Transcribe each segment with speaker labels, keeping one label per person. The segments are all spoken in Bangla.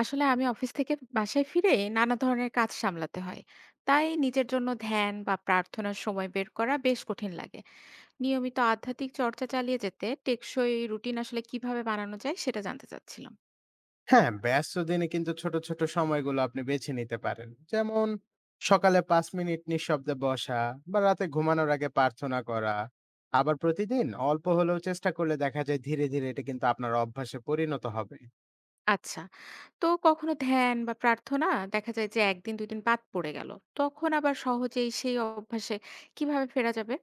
Speaker 1: আসলে আমি অফিস থেকে বাসায় ফিরে নানা ধরনের কাজ সামলাতে হয়, তাই নিজের জন্য ধ্যান বা প্রার্থনার সময় বের করা বেশ কঠিন লাগে। নিয়মিত আধ্যাত্মিক চর্চা চালিয়ে যেতে টেকসই রুটিন আসলে কিভাবে বানানো যায় সেটা জানতে চাচ্ছিলাম।
Speaker 2: হ্যাঁ, ব্যস্ত দিনে কিন্তু ছোট, ছোট সময়গুলো আপনি বেছে নিতে পারেন। যেমন সকালে ৫ মিনিট নিঃশব্দে বসা বা রাতে ঘুমানোর আগে প্রার্থনা করা। আবার প্রতিদিন অল্প হলেও চেষ্টা করলে দেখা যায় ধীরে, ধীরে এটা কিন্তু আপনার অভ্যাসে পরিণত হবে।
Speaker 1: আচ্ছা, তো কখনো ধ্যান বা প্রার্থনা দেখা যায় যে একদিন দুই দিন বাদ পড়ে গেল, তখন আবার সহজেই সেই অভ্যাসে কিভাবে ফেরা যাবে?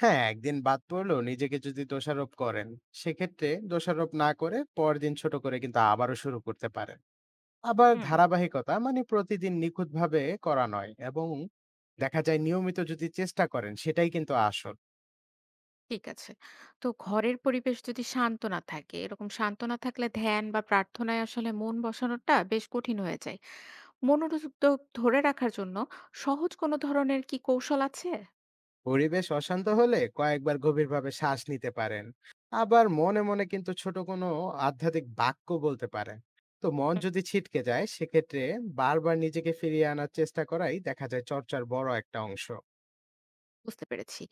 Speaker 2: হ্যাঁ, একদিন বাদ পড়লেও নিজেকে যদি দোষারোপ করেন, সেক্ষেত্রে দোষারোপ না করে পরদিন ছোট করে কিন্তু আবারও শুরু করতে পারেন। আবার
Speaker 1: হুম,
Speaker 2: ধারাবাহিকতা মানে প্রতিদিন নিখুঁতভাবে করা নয়, এবং দেখা যায় নিয়মিত যদি চেষ্টা করেন সেটাই কিন্তু আসল।
Speaker 1: ঠিক আছে। তো ঘরের পরিবেশ যদি শান্ত না থাকে, এরকম শান্ত না থাকলে ধ্যান বা প্রার্থনায় আসলে মন বসানোটা বেশ কঠিন হয়ে যায়। মনোযোগ দ ধরে রাখার জন্য সহজ কোনো ধরনের কি কৌশল আছে?
Speaker 2: পরিবেশ অশান্ত হলে কয়েকবার গভীরভাবে শ্বাস নিতে পারেন, আবার মনে মনে কিন্তু ছোট কোনো আধ্যাত্মিক বাক্য বলতে পারেন। তো মন
Speaker 1: হুম।
Speaker 2: যদি ছিটকে যায় সেক্ষেত্রে বারবার নিজেকে ফিরিয়ে আনার চেষ্টা করাই দেখা যায় চর্চার বড় একটা অংশ।
Speaker 1: বুঝতে পেরেছি।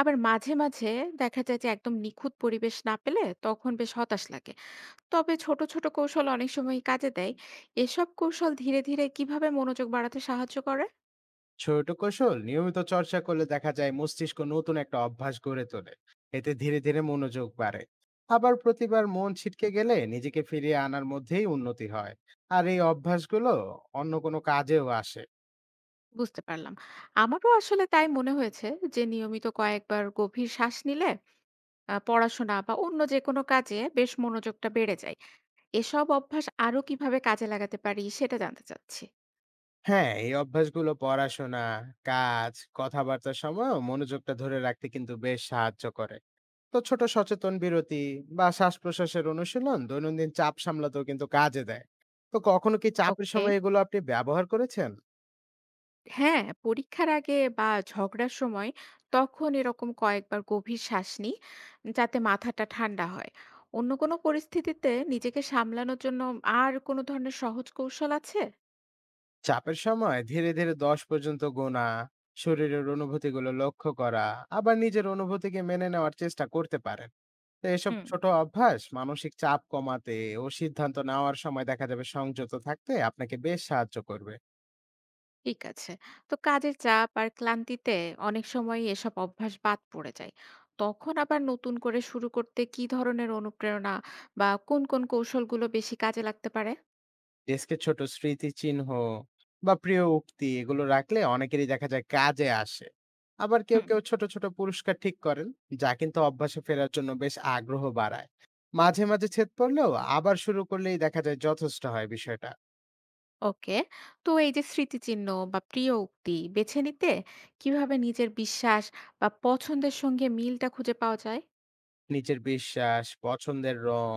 Speaker 1: আবার মাঝে, মাঝে দেখা যায় যে একদম নিখুঁত পরিবেশ না পেলে তখন বেশ হতাশ লাগে। তবে ছোট, ছোট কৌশল অনেক সময়ই কাজে দেয়। এসব কৌশল ধীরে, ধীরে কিভাবে মনোযোগ বাড়াতে সাহায্য করে?
Speaker 2: ছোট কৌশল নিয়মিত চর্চা করলে দেখা যায় মস্তিষ্ক নতুন একটা অভ্যাস গড়ে তোলে। এতে ধীরে ধীরে মনোযোগ বাড়ে। আবার প্রতিবার মন ছিটকে গেলে নিজেকে ফিরিয়ে আনার মধ্যেই উন্নতি হয়। আর এই অভ্যাসগুলো অন্য কোনো কাজেও আসে।
Speaker 1: বুঝতে পারলাম। আমারও আসলে তাই মনে হয়েছে যে নিয়মিত কয়েকবার গভীর শ্বাস নিলে পড়াশোনা বা অন্য যেকোনো কাজে বেশ মনোযোগটা বেড়ে যায়। এসব অভ্যাস আরো কিভাবে কাজে লাগাতে পারি সেটা জানতে চাচ্ছি।
Speaker 2: হ্যাঁ, এই অভ্যাসগুলো পড়াশোনা, কাজ, কথাবার্তার সময়ও মনোযোগটা ধরে রাখতে কিন্তু বেশ সাহায্য করে। তো ছোট সচেতন বিরতি বা শ্বাসপ্রশ্বাসের অনুশীলন দৈনন্দিন চাপ সামলাতেও কিন্তু কাজে দেয়। তো কখনো কি চাপের
Speaker 1: ওকে।
Speaker 2: সময় এগুলো আপনি ব্যবহার করেছেন?
Speaker 1: হ্যাঁ, পরীক্ষার আগে বা ঝগড়ার সময় তখন এরকম কয়েকবার গভীর শ্বাস নিই যাতে মাথাটা ঠান্ডা হয়। অন্য কোনো পরিস্থিতিতে নিজেকে সামলানোর জন্য আর কোনো ধরনের সহজ কৌশল আছে?
Speaker 2: চাপের সময় ধীরে, ধীরে ১০ পর্যন্ত গোনা, শরীরের অনুভূতিগুলো লক্ষ্য করা, আবার নিজের অনুভূতিকে মেনে নেওয়ার চেষ্টা করতে পারেন। তো এসব
Speaker 1: হুম,
Speaker 2: ছোট অভ্যাস মানসিক চাপ কমাতে ও সিদ্ধান্ত নেওয়ার সময় দেখা যাবে সংযত থাকতে আপনাকে বেশ সাহায্য করবে।
Speaker 1: ঠিক আছে। তো কাজের চাপ আর ক্লান্তিতে অনেক সময় এসব অভ্যাস বাদ পড়ে যায়। তখন আবার নতুন করে শুরু করতে কি ধরনের অনুপ্রেরণা বা কোন কোন কৌশলগুলো বেশি কাজে লাগতে পারে?
Speaker 2: ডেস্কে ছোট স্মৃতিচিহ্ন বা প্রিয় উক্তি এগুলো রাখলে অনেকেরই দেখা যায় কাজে আসে। আবার কেউ,
Speaker 1: হুম,
Speaker 2: কেউ ছোট, ছোট পুরস্কার ঠিক করেন, যা কিন্তু অভ্যাসে ফেরার জন্য বেশ আগ্রহ বাড়ায়। মাঝে, মাঝে ছেদ পড়লেও আবার শুরু করলেই দেখা যায় যথেষ্ট হয় বিষয়টা।
Speaker 1: ওকে। তো এই যে স্মৃতিচিহ্ন বা প্রিয় উক্তি বেছে নিতে কিভাবে নিজের বিশ্বাস বা পছন্দের সঙ্গে মিলটা খুঁজে পাওয়া যায়?
Speaker 2: নিজের বিশ্বাস, পছন্দের রং,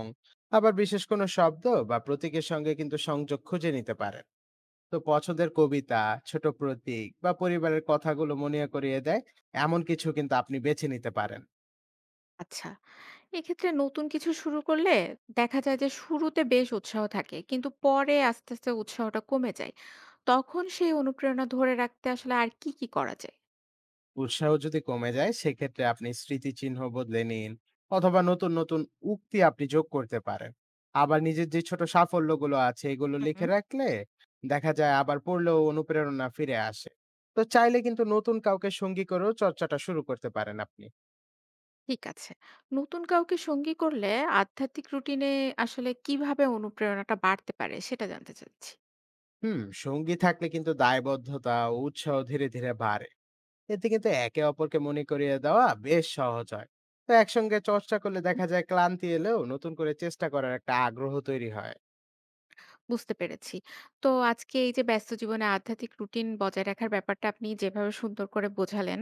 Speaker 2: আবার বিশেষ কোনো শব্দ বা প্রতীকের সঙ্গে কিন্তু সংযোগ খুঁজে নিতে পারেন। তো পছন্দের কবিতা, ছোট প্রতীক বা পরিবারের কথাগুলো মনে করিয়ে দেয়, এমন কিছু কিন্তু আপনি বেছে নিতে পারেন।
Speaker 1: আচ্ছা। এক্ষেত্রে নতুন কিছু শুরু করলে দেখা যায় যে শুরুতে বেশ উৎসাহ থাকে। কিন্তু পরে আস্তে, আস্তে উৎসাহটা কমে যায়। তখন সেই অনুপ্রেরণা ধরে রাখতে আসলে আর কি, কি করা যায়?
Speaker 2: উৎসাহ যদি কমে যায় সেক্ষেত্রে আপনি স্মৃতিচিহ্ন বদলে নিন, অথবা নতুন নতুন উক্তি আপনি যোগ করতে পারেন। আবার নিজের যে ছোট সাফল্যগুলো আছে এগুলো লিখে
Speaker 1: হুম।
Speaker 2: রাখলে দেখা যায় আবার পড়লেও অনুপ্রেরণা ফিরে আসে। তো চাইলে কিন্তু নতুন কাউকে সঙ্গী করেও চর্চাটা শুরু করতে পারেন আপনি।
Speaker 1: ঠিক আছে। নতুন কাউকে সঙ্গী করলে আধ্যাত্মিক রুটিনে আসলে কিভাবে অনুপ্রেরণাটা বাড়তে পারে সেটা জানতে চাচ্ছি।
Speaker 2: হুম, সঙ্গী থাকলে কিন্তু দায়বদ্ধতা ও উৎসাহ ধীরে ধীরে বাড়ে। এতে কিন্তু একে অপরকে মনে করিয়ে দেওয়া বেশ সহজ হয়। তো একসঙ্গে চর্চা করলে দেখা যায় ক্লান্তি এলেও নতুন করে চেষ্টা করার একটা আগ্রহ তৈরি হয়।
Speaker 1: বুঝতে পেরেছি। তো আজকে এই যে ব্যস্ত জীবনে আধ্যাত্মিক রুটিন বজায় রাখার ব্যাপারটা আপনি যেভাবে সুন্দর করে বোঝালেন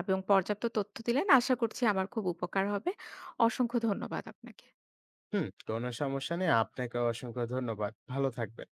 Speaker 1: এবং পর্যাপ্ত তথ্য দিলেন, আশা করছি আমার খুব উপকার হবে। অসংখ্য ধন্যবাদ আপনাকে।
Speaker 2: হুম, কোনো সমস্যা নেই। আপনাকে অসংখ্য ধন্যবাদ। ভালো থাকবেন।